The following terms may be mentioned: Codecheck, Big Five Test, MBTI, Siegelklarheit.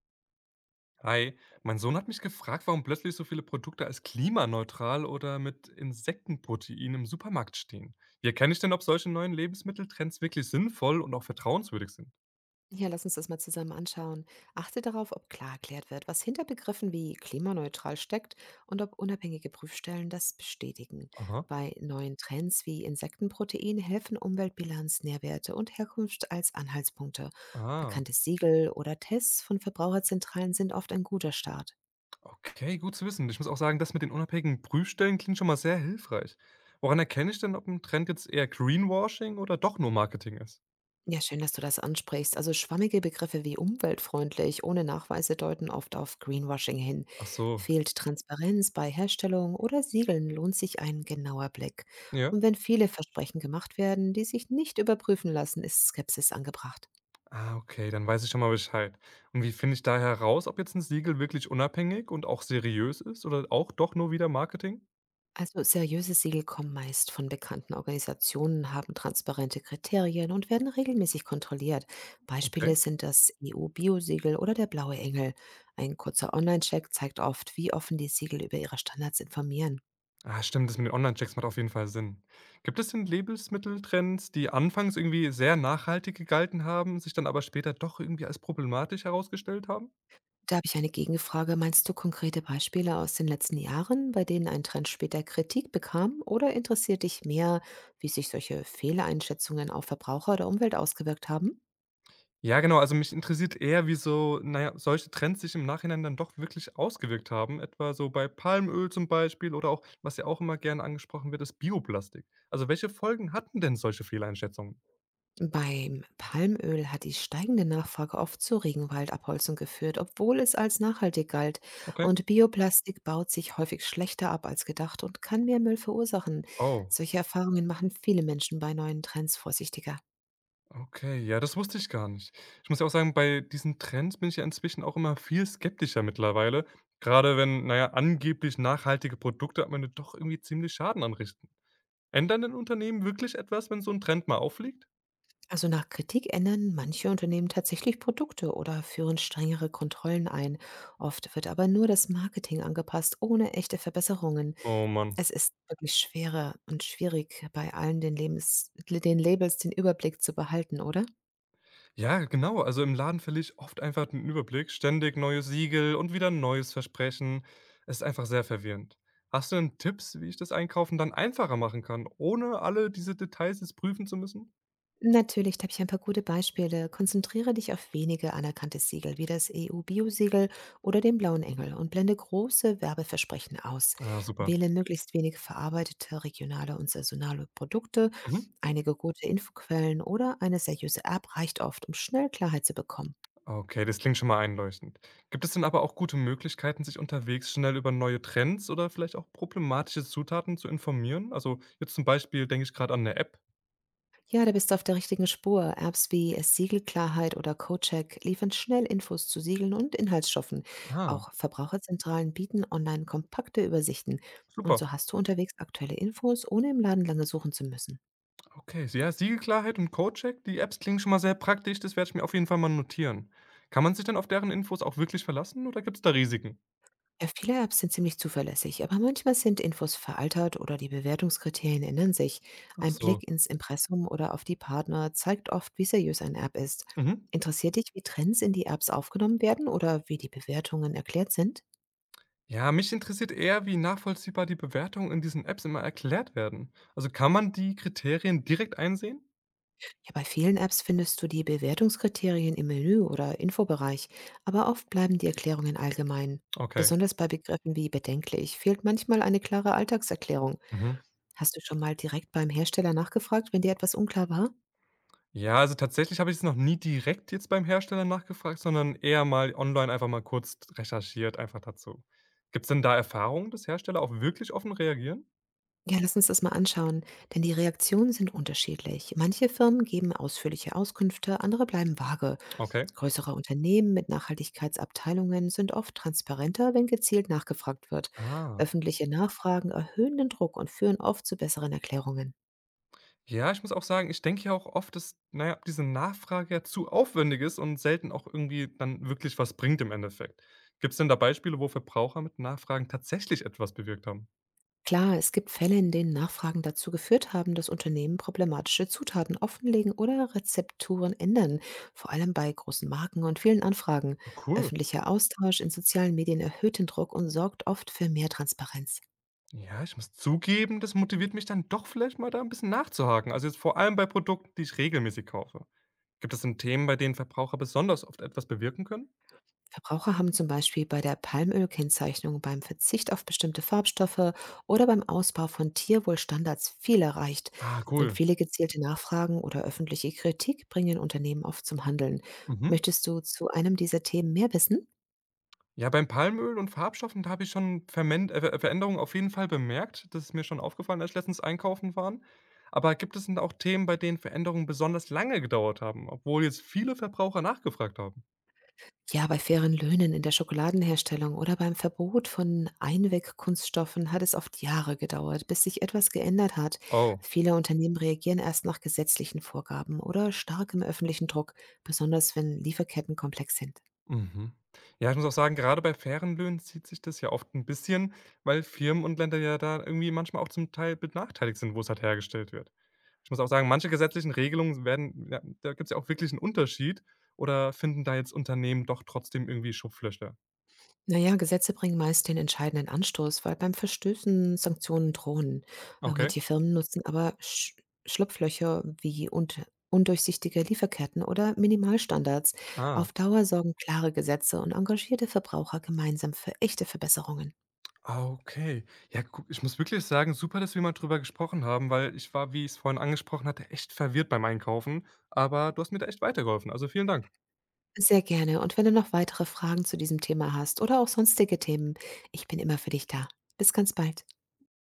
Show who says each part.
Speaker 1: Hi, mein Sohn hat mich gefragt, warum plötzlich so viele Produkte als klimaneutral oder mit Insektenprotein im Supermarkt stehen. Wie erkenne ich denn, ob solche neuen Lebensmitteltrends wirklich sinnvoll und auch vertrauenswürdig sind?
Speaker 2: Ja, lass uns das mal zusammen anschauen. Achte darauf, ob klar erklärt wird, was hinter Begriffen wie klimaneutral steckt und ob unabhängige Prüfstellen das bestätigen.
Speaker 1: Aha.
Speaker 2: Bei neuen Trends wie Insektenprotein helfen Umweltbilanz, Nährwerte und Herkunft als Anhaltspunkte.
Speaker 1: Ah,
Speaker 2: Bekannte Siegel oder Tests von Verbraucherzentralen sind oft ein guter Start.
Speaker 1: okay, gut zu wissen. Ich muss auch sagen, das mit den unabhängigen Prüfstellen klingt schon mal sehr hilfreich. Woran erkenne ich denn, ob ein Trend jetzt eher Greenwashing oder doch nur Marketing ist?
Speaker 2: Ja, schön, dass du das ansprichst. Also schwammige Begriffe wie umweltfreundlich ohne Nachweise deuten oft auf Greenwashing hin.
Speaker 1: Ach so.
Speaker 2: Fehlt Transparenz bei Herstellung oder Siegeln, lohnt sich ein genauer Blick.
Speaker 1: Ja.
Speaker 2: Und wenn viele Versprechen gemacht werden, die sich nicht überprüfen lassen, ist Skepsis angebracht.
Speaker 1: Ah, okay, dann weiß ich schon mal Bescheid. Und wie finde ich da heraus, ob jetzt ein Siegel wirklich unabhängig und auch seriös ist oder auch doch nur wieder Marketing?
Speaker 2: Also seriöse Siegel kommen meist von bekannten Organisationen, haben transparente Kriterien und werden regelmäßig kontrolliert.
Speaker 1: Okay.
Speaker 2: Beispiele sind das EU-Bio-Siegel oder der Blaue Engel. Ein kurzer Online-Check zeigt oft, wie offen die Siegel über ihre Standards informieren.
Speaker 1: Ah, stimmt, das mit den Online-Checks macht auf jeden Fall Sinn. Gibt es denn Lebensmitteltrends, die anfangs irgendwie sehr nachhaltig gegalten haben, sich dann aber später doch irgendwie als problematisch herausgestellt haben?
Speaker 2: Da habe ich eine Gegenfrage. Meinst du konkrete Beispiele aus den letzten Jahren, bei denen ein Trend später Kritik bekam? Oder interessiert dich mehr, wie sich solche Fehleinschätzungen auf Verbraucher oder Umwelt ausgewirkt haben?
Speaker 1: Ja, genau. Also, mich interessiert eher, wie so, naja, solche Trends sich im Nachhinein dann doch wirklich ausgewirkt haben, etwa so bei Palmöl zum Beispiel oder auch, was ja auch immer gerne angesprochen wird, ist Bioplastik. Also, welche Folgen hatten denn solche Fehleinschätzungen?
Speaker 2: Beim Palmöl hat die steigende Nachfrage oft zur Regenwaldabholzung geführt, obwohl es als nachhaltig galt.
Speaker 1: Okay.
Speaker 2: Und Bioplastik baut sich häufig schlechter ab als gedacht und kann mehr Müll verursachen.
Speaker 1: Oh,
Speaker 2: Solche Erfahrungen machen viele Menschen bei neuen Trends vorsichtiger.
Speaker 1: okay. Ja, das wusste ich gar nicht. Ich muss ja auch sagen, bei diesen Trends bin ich ja inzwischen auch immer viel skeptischer mittlerweile, gerade wenn, naja, angeblich nachhaltige Produkte am Ende doch irgendwie ziemlich Schaden anrichten. Ändern denn Unternehmen wirklich etwas, wenn so ein Trend mal auffliegt?
Speaker 2: Also nach Kritik ändern manche Unternehmen tatsächlich Produkte oder führen strengere Kontrollen ein. Oft wird aber nur das Marketing angepasst, ohne echte Verbesserungen.
Speaker 1: Oh, Mann.
Speaker 2: Es ist wirklich schwerer und schwierig, bei allen den Labels den Überblick zu behalten, oder?
Speaker 1: Ja, genau. Also im Laden verliere ich oft einfach den Überblick, ständig neue Siegel und wieder ein neues Versprechen. Es ist einfach sehr verwirrend. Hast du denn Tipps, wie ich das Einkaufen dann einfacher machen kann, ohne alle diese Details jetzt prüfen zu müssen?
Speaker 2: Natürlich, da habe ich ein paar gute Beispiele. Konzentriere dich auf wenige anerkannte Siegel wie das EU-Bio-Siegel oder den Blauen Engel und blende große Werbeversprechen aus.
Speaker 1: Ah, super.
Speaker 2: Wähle möglichst wenig verarbeitete regionale und saisonale Produkte.
Speaker 1: Mhm.
Speaker 2: Einige gute Infoquellen oder eine seriöse App reicht oft, um schnell Klarheit zu bekommen.
Speaker 1: Okay, das klingt schon mal einleuchtend. Gibt es denn aber auch gute Möglichkeiten, sich unterwegs schnell über neue Trends oder vielleicht auch problematische Zutaten zu informieren? Also jetzt zum Beispiel denke ich gerade an eine App.
Speaker 2: Ja, da bist du auf der richtigen Spur. Apps wie Siegelklarheit oder CoCheck liefern schnell Infos zu Siegeln und Inhaltsstoffen.
Speaker 1: Ah,
Speaker 2: Auch Verbraucherzentralen bieten online kompakte Übersichten. Und
Speaker 1: super.
Speaker 2: so hast du unterwegs aktuelle Infos, ohne im Laden lange suchen zu müssen.
Speaker 1: Okay, s ja, Siegelklarheit und Codecheck, die Apps klingen schon mal sehr praktisch, das werde ich mir auf jeden Fall mal notieren. Kann man sich dann auf deren Infos auch wirklich verlassen oder gibt es da Risiken?
Speaker 2: Ja, viele Apps sind ziemlich zuverlässig, aber manchmal sind Infos veraltert oder die Bewertungskriterien ändern sich.
Speaker 1: Ach
Speaker 2: Ein
Speaker 1: so.
Speaker 2: Blick ins Impressum oder auf die Partner zeigt oft, wie seriös eine App ist.
Speaker 1: Mhm.
Speaker 2: Interessiert dich, wie Trends in die Apps aufgenommen werden oder wie die Bewertungen erklärt sind?
Speaker 1: Ja, mich interessiert eher, wie nachvollziehbar die Bewertungen in diesen Apps immer erklärt werden. Also kann man die Kriterien direkt einsehen?
Speaker 2: Ja, bei vielen Apps findest du die Bewertungskriterien im Menü oder Infobereich, aber oft bleiben die Erklärungen allgemein.
Speaker 1: Okay.
Speaker 2: Besonders bei Begriffen wie bedenklich fehlt manchmal eine klare Alltagserklärung.
Speaker 1: Mhm.
Speaker 2: Hast du schon mal direkt beim Hersteller nachgefragt, wenn dir etwas unklar war?
Speaker 1: Ja, also tatsächlich habe ich es noch nie direkt jetzt beim Hersteller nachgefragt, sondern eher mal online einfach mal kurz recherchiert einfach dazu. Gibt es denn da Erfahrungen, dass Hersteller auch wirklich offen reagieren?
Speaker 2: Ja, lass uns das mal anschauen, denn die Reaktionen sind unterschiedlich. Manche Firmen geben ausführliche Auskünfte, andere bleiben vage.
Speaker 1: Okay.
Speaker 2: Größere Unternehmen mit Nachhaltigkeitsabteilungen sind oft transparenter, wenn gezielt nachgefragt wird.
Speaker 1: Ah.
Speaker 2: Öffentliche Nachfragen erhöhen den Druck und führen oft zu besseren Erklärungen.
Speaker 1: Ja, ich muss auch sagen, ich denke ja auch oft, dass, naja, ja, diese Nachfrage ja zu aufwendig ist und selten auch irgendwie dann wirklich was bringt im Endeffekt. Gibt's denn da Beispiele, wo Verbraucher mit Nachfragen tatsächlich etwas bewirkt haben?
Speaker 2: Klar, es gibt Fälle, in denen Nachfragen dazu geführt haben, dass Unternehmen problematische Zutaten offenlegen oder Rezepturen ändern, vor allem bei großen Marken und vielen Anfragen.
Speaker 1: Ah, cool.
Speaker 2: Öffentlicher Austausch in sozialen Medien erhöht den Druck und sorgt oft für mehr Transparenz.
Speaker 1: Ja, ich muss zugeben, das motiviert mich dann doch vielleicht mal da ein bisschen nachzuhaken. Also, jetzt vor allem bei Produkten, die ich regelmäßig kaufe. Gibt es denn Themen, bei denen Verbraucher besonders oft etwas bewirken können?
Speaker 2: Verbraucher haben zum Beispiel bei der Palmölkennzeichnung, beim Verzicht auf bestimmte Farbstoffe oder beim Ausbau von Tierwohlstandards viel erreicht.
Speaker 1: Ah,
Speaker 2: Und
Speaker 1: cool.
Speaker 2: viele gezielte Nachfragen oder öffentliche Kritik bringen Unternehmen oft zum Handeln.
Speaker 1: Mhm.
Speaker 2: Möchtest du zu einem dieser Themen mehr wissen?
Speaker 1: Ja, beim Palmöl und Farbstoffen, da habe ich schon Vermen Ver Veränderungen auf jeden Fall bemerkt. Das ist mir schon aufgefallen, als ich letztens einkaufen waren. Aber gibt es denn auch Themen, bei denen Veränderungen besonders lange gedauert haben, obwohl jetzt viele Verbraucher nachgefragt haben?
Speaker 2: Ja, bei fairen Löhnen in der Schokoladenherstellung oder beim Verbot von Einwegkunststoffen hat es oft Jahre gedauert, bis sich etwas geändert hat.
Speaker 1: Oh,
Speaker 2: Viele Unternehmen reagieren erst nach gesetzlichen Vorgaben oder starkem öffentlichen Druck, besonders wenn Lieferketten komplex sind.
Speaker 1: mhm. Ja, ich muss auch sagen, gerade bei fairen Löhnen zieht sich das ja oft ein bisschen, weil Firmen und Länder ja da irgendwie manchmal auch zum Teil benachteiligt sind, wo es halt hergestellt wird. Ich muss auch sagen, manche gesetzlichen Regelungen werden ja, da gibt es ja auch wirklich einen Unterschied, oder finden da jetzt Unternehmen doch trotzdem irgendwie Schlupflöcher?
Speaker 2: Na ja, Gesetze bringen meist den entscheidenden Anstoß, weil beim Verstößen Sanktionen drohen. Äh,
Speaker 1: Okay.
Speaker 2: manche Firmen nutzen aber Schlupflöcher wie undurchsichtige Lieferketten oder Minimalstandards.
Speaker 1: Ah.
Speaker 2: Auf Dauer sorgen klare Gesetze und engagierte Verbraucher gemeinsam für echte Verbesserungen.
Speaker 1: Ah, okay. Ja, guck, ich muss wirklich sagen, super, dass wir mal drüber gesprochen haben, weil ich war, wie ich es vorhin angesprochen hatte, echt verwirrt beim Einkaufen, aber du hast mir da echt weitergeholfen. Also, vielen Dank.
Speaker 2: Sehr gerne. Und wenn du noch weitere Fragen zu diesem Thema hast oder auch sonstige Themen, ich bin immer für dich da. Bis ganz bald.